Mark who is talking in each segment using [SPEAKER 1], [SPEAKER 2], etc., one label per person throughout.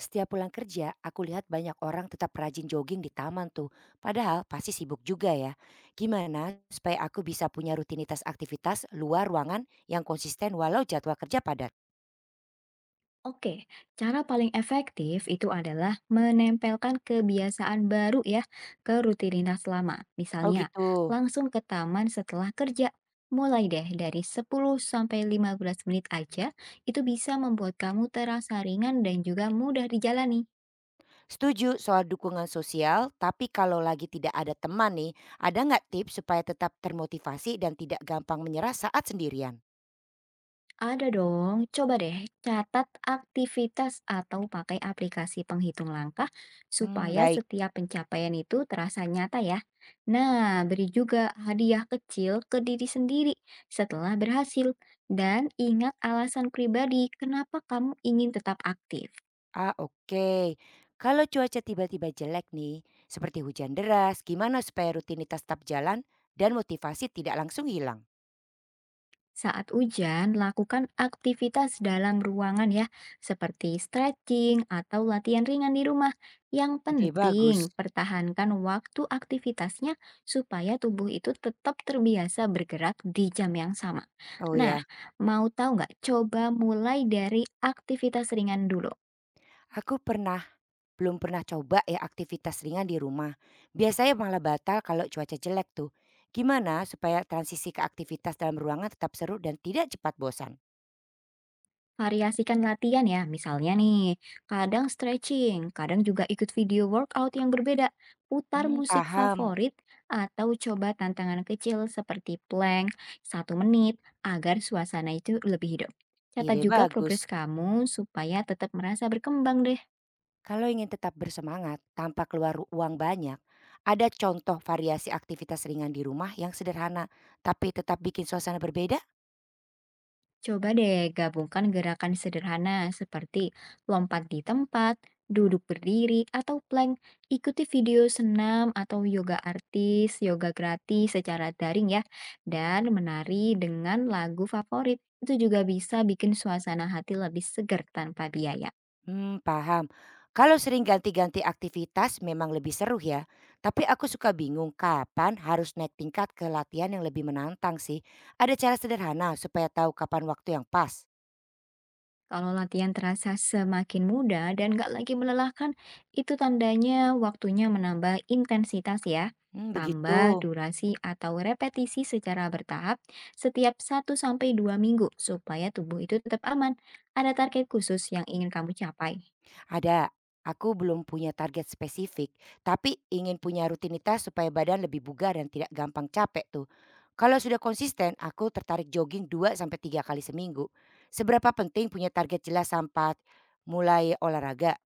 [SPEAKER 1] Setiap pulang kerja, aku lihat banyak orang tetap rajin jogging di taman tuh. Padahal pasti sibuk juga ya. Gimana supaya aku bisa punya rutinitas aktivitas luar ruangan yang konsisten walau jadwal kerja padat?
[SPEAKER 2] Oke, cara paling efektif itu adalah menempelkan kebiasaan baru ya ke rutinitas lama.
[SPEAKER 1] Oh
[SPEAKER 2] Misalnya,
[SPEAKER 1] gitu.
[SPEAKER 2] langsung ke taman setelah kerja. Mulai deh dari 10 sampai 15 menit aja, itu bisa membuat kamu terasa ringan dan juga mudah dijalani.
[SPEAKER 1] Setuju soal dukungan sosial, tapi kalau lagi tidak ada teman nih, ada nggak tips supaya tetap termotivasi dan tidak gampang menyerah saat sendirian?
[SPEAKER 2] Ada dong, coba deh catat aktivitas atau pakai aplikasi penghitung langkah
[SPEAKER 1] Hmm,
[SPEAKER 2] supaya
[SPEAKER 1] baik.
[SPEAKER 2] setiap pencapaian itu terasa nyata ya. Nah, beri juga hadiah kecil ke diri sendiri setelah berhasil dan ingat alasan pribadi kenapa kamu ingin tetap aktif.
[SPEAKER 1] Ah, oke. Kalau cuaca tiba-tiba jelek nih, seperti hujan deras, gimana supaya rutinitas tetap jalan dan motivasi tidak langsung hilang?
[SPEAKER 2] Saat hujan, lakukan aktivitas dalam ruangan ya, seperti stretching atau latihan ringan di rumah. Yang
[SPEAKER 1] Ide
[SPEAKER 2] penting,
[SPEAKER 1] bagus.
[SPEAKER 2] pertahankan waktu aktivitasnya supaya tubuh itu tetap terbiasa bergerak di jam yang sama.
[SPEAKER 1] Oh
[SPEAKER 2] Nah,
[SPEAKER 1] ya,
[SPEAKER 2] mau tahu nggak? Coba mulai dari aktivitas ringan dulu.
[SPEAKER 1] aku belum pernah coba ya aktivitas ringan di rumah. Biasanya malah batal kalau cuaca jelek tuh. Gimana supaya transisi ke aktivitas dalam ruangan tetap seru dan tidak cepat bosan?
[SPEAKER 2] Variasikan latihan ya, misalnya nih, kadang stretching, kadang juga ikut video workout yang berbeda, putar
[SPEAKER 1] Hmm,
[SPEAKER 2] musik
[SPEAKER 1] paham.
[SPEAKER 2] favorit, atau coba tantangan kecil seperti plank 1 menit agar suasana itu lebih hidup.
[SPEAKER 1] Ide
[SPEAKER 2] Catat juga
[SPEAKER 1] bagus.
[SPEAKER 2] progres kamu supaya tetap merasa berkembang deh.
[SPEAKER 1] Kalau ingin tetap bersemangat tanpa keluar uang banyak, ada contoh variasi aktivitas ringan di rumah yang sederhana tapi tetap bikin suasana berbeda?
[SPEAKER 2] Coba deh gabungkan gerakan sederhana seperti lompat di tempat, duduk berdiri, atau plank. Ikuti video senam atau yoga artis, yoga gratis secara daring ya. Dan menari dengan lagu favorit. Itu juga bisa bikin suasana hati lebih segar tanpa biaya.
[SPEAKER 1] Hmm, paham. Kalau sering ganti-ganti aktivitas memang lebih seru ya. Tapi aku suka bingung kapan harus naik tingkat ke latihan yang lebih menantang sih. Ada cara sederhana supaya tahu kapan waktu yang pas.
[SPEAKER 2] Kalau latihan terasa semakin mudah dan nggak lagi melelahkan, itu tandanya waktunya menambah intensitas ya.
[SPEAKER 1] Hmm, begitu.
[SPEAKER 2] Tambah durasi atau repetisi secara bertahap setiap 1 sampai 2 minggu supaya tubuh itu tetap aman. Ada target khusus yang ingin kamu capai?
[SPEAKER 1] Ada, aku belum punya target spesifik, tapi ingin punya rutinitas supaya badan lebih bugar dan tidak gampang capek tuh. Kalau sudah konsisten, aku tertarik jogging 2 sampai 3 kali seminggu. Seberapa penting punya target jelas sampai mulai olahraga?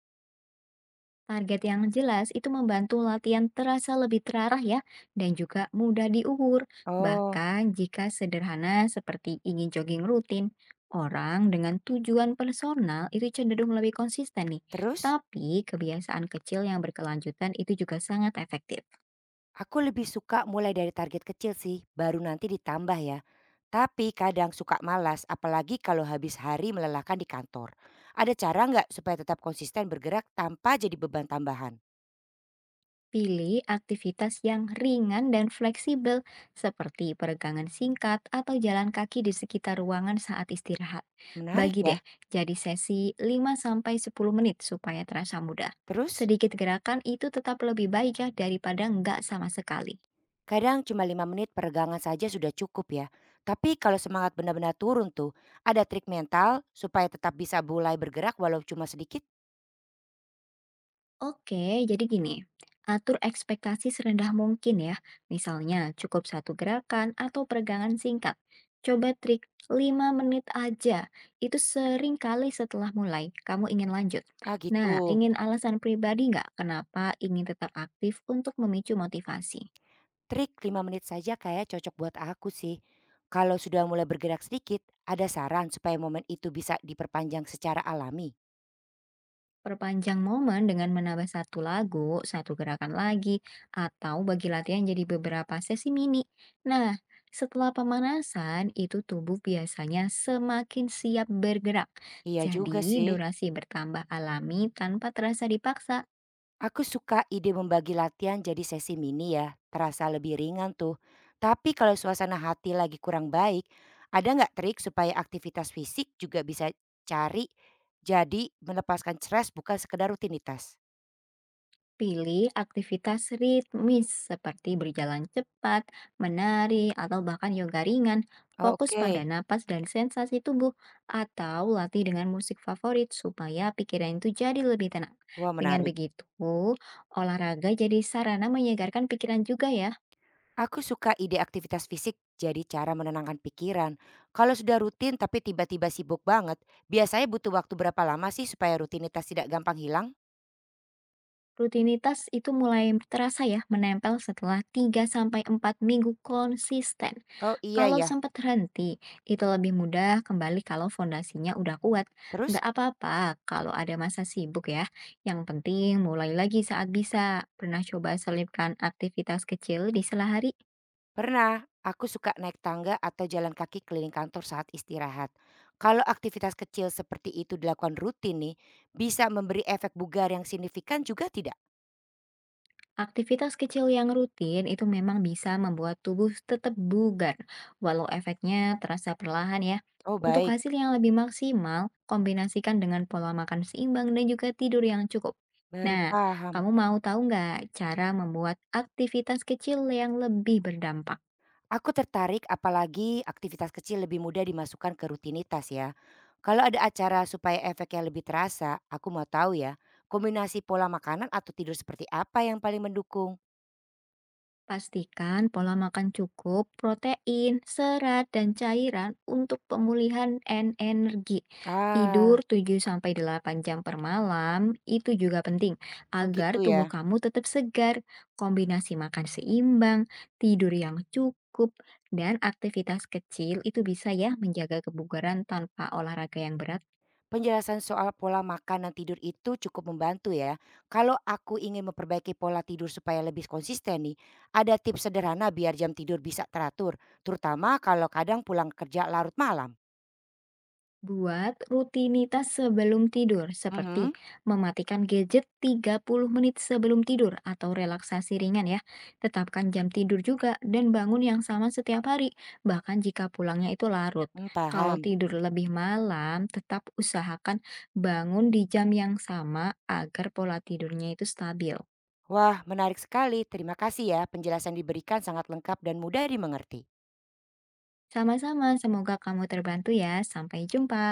[SPEAKER 2] Target yang jelas itu membantu latihan terasa lebih terarah ya dan juga mudah diukur.
[SPEAKER 1] Oh,
[SPEAKER 2] Bahkan jika sederhana seperti ingin jogging rutin, orang dengan tujuan personal itu cenderung lebih konsisten nih.
[SPEAKER 1] terus
[SPEAKER 2] Tapi kebiasaan kecil yang berkelanjutan itu juga sangat efektif.
[SPEAKER 1] aku lebih suka mulai dari target kecil sih, baru nanti ditambah ya. Tapi kadang suka malas, apalagi kalau habis hari melelahkan di kantor. Ada cara nggak supaya tetap konsisten bergerak tanpa jadi beban tambahan?
[SPEAKER 2] Pilih aktivitas yang ringan dan fleksibel, seperti peregangan singkat atau jalan kaki di sekitar ruangan saat istirahat.
[SPEAKER 1] Menarik
[SPEAKER 2] Bagi deh,
[SPEAKER 1] ya.
[SPEAKER 2] jadi sesi 5 sampai 10 menit supaya terasa mudah.
[SPEAKER 1] Terus?
[SPEAKER 2] Sedikit gerakan itu tetap lebih baik ya daripada nggak sama sekali.
[SPEAKER 1] Kadang cuma 5 menit peregangan saja sudah cukup ya. Tapi kalau semangat benar-benar turun tuh, ada trik mental supaya tetap bisa mulai bergerak walau cuma sedikit?
[SPEAKER 2] Oke, jadi gini, atur ekspektasi serendah mungkin ya. Misalnya cukup satu gerakan atau peregangan singkat. Coba trik 5 menit aja. Itu sering kali setelah mulai, kamu ingin lanjut.
[SPEAKER 1] Ah
[SPEAKER 2] Nah,
[SPEAKER 1] gitu.
[SPEAKER 2] ingin alasan pribadi nggak kenapa ingin tetap aktif untuk memicu motivasi?
[SPEAKER 1] Trik 5 menit saja kayak cocok buat aku sih. Kalau sudah mulai bergerak sedikit, ada saran supaya momen itu bisa diperpanjang secara alami?
[SPEAKER 2] Perpanjang momen dengan menambah satu lagu, satu gerakan lagi, atau bagi latihan jadi beberapa sesi mini. Nah, setelah pemanasan, itu tubuh biasanya semakin siap bergerak.
[SPEAKER 1] Iya juga
[SPEAKER 2] Jadi,
[SPEAKER 1] sih.
[SPEAKER 2] durasi bertambah alami tanpa terasa dipaksa.
[SPEAKER 1] Aku suka ide membagi latihan jadi sesi mini ya, terasa lebih ringan tuh. Tapi kalau suasana hati lagi kurang baik, ada nggak trik supaya aktivitas fisik juga bisa cari jadi melepaskan stres bukan sekedar rutinitas?
[SPEAKER 2] Pilih aktivitas ritmis seperti berjalan cepat, menari, atau bahkan yoga ringan.
[SPEAKER 1] Oh,
[SPEAKER 2] Fokus pada
[SPEAKER 1] oke,
[SPEAKER 2] napas dan sensasi tubuh, atau latih dengan musik favorit supaya pikiran itu jadi lebih tenang.
[SPEAKER 1] wah
[SPEAKER 2] Dengan
[SPEAKER 1] menarik.
[SPEAKER 2] begitu, olahraga jadi sarana menyegarkan pikiran juga ya.
[SPEAKER 1] Aku suka ide aktivitas fisik jadi cara menenangkan pikiran. Kalau sudah rutin tapi tiba-tiba sibuk banget, biasanya butuh waktu berapa lama sih supaya rutinitas tidak gampang hilang?
[SPEAKER 2] Rutinitas itu mulai terasa ya menempel setelah 3 sampai 4 minggu konsisten.
[SPEAKER 1] Oh iya
[SPEAKER 2] Kalau
[SPEAKER 1] ya,
[SPEAKER 2] sempat terhenti, itu lebih mudah kembali kalau fondasinya udah kuat.
[SPEAKER 1] terus?
[SPEAKER 2] Nggak apa-apa kalau ada masa sibuk ya. Yang penting mulai lagi saat bisa. Pernah coba selipkan aktivitas kecil di sela hari.
[SPEAKER 1] Pernah, aku suka naik tangga atau jalan kaki keliling kantor saat istirahat. Kalau aktivitas kecil seperti itu dilakukan rutin nih, bisa memberi efek bugar yang signifikan juga tidak?
[SPEAKER 2] Aktivitas kecil yang rutin itu memang bisa membuat tubuh tetap bugar, walau efeknya terasa perlahan ya.
[SPEAKER 1] Oh
[SPEAKER 2] Untuk
[SPEAKER 1] baik,
[SPEAKER 2] hasil yang lebih maksimal, kombinasikan dengan pola makan seimbang dan juga tidur yang cukup.
[SPEAKER 1] baru
[SPEAKER 2] Nah,
[SPEAKER 1] paham.
[SPEAKER 2] kamu mau tahu nggak cara membuat aktivitas kecil yang lebih berdampak?
[SPEAKER 1] Aku tertarik apalagi aktivitas kecil lebih mudah dimasukkan ke rutinitas ya. Kalau ada acara supaya efeknya lebih terasa, aku mau tahu ya, kombinasi pola makanan atau tidur seperti apa yang paling mendukung?
[SPEAKER 2] Pastikan pola makan cukup, protein, serat, dan cairan untuk pemulihan dan energi. Tidur
[SPEAKER 1] Ah,
[SPEAKER 2] 7 sampai 8 jam per malam itu juga penting
[SPEAKER 1] oh
[SPEAKER 2] agar
[SPEAKER 1] gitu
[SPEAKER 2] tubuh
[SPEAKER 1] ya.
[SPEAKER 2] kamu tetap segar. Kombinasi makan seimbang, tidur yang cukup, dan aktivitas kecil itu bisa ya menjaga kebugaran tanpa olahraga yang berat.
[SPEAKER 1] Penjelasan soal pola makan dan tidur itu cukup membantu ya. Kalau aku ingin memperbaiki pola tidur supaya lebih konsisten nih, ada tips sederhana biar jam tidur bisa teratur, terutama kalau kadang pulang kerja larut malam.
[SPEAKER 2] Buat rutinitas sebelum tidur,
[SPEAKER 1] Mhm,
[SPEAKER 2] seperti mematikan gadget 30 menit sebelum tidur atau relaksasi ringan ya. Tetapkan jam tidur juga dan bangun yang sama setiap hari, bahkan jika pulangnya itu larut.
[SPEAKER 1] mm,
[SPEAKER 2] Kalau
[SPEAKER 1] paham.
[SPEAKER 2] tidur lebih malam, tetap usahakan bangun di jam yang sama agar pola tidurnya itu stabil.
[SPEAKER 1] Wah, menarik sekali. Terima kasih ya, penjelasan diberikan sangat lengkap dan mudah dimengerti.
[SPEAKER 2] Sama-sama, semoga kamu terbantu ya. Sampai jumpa.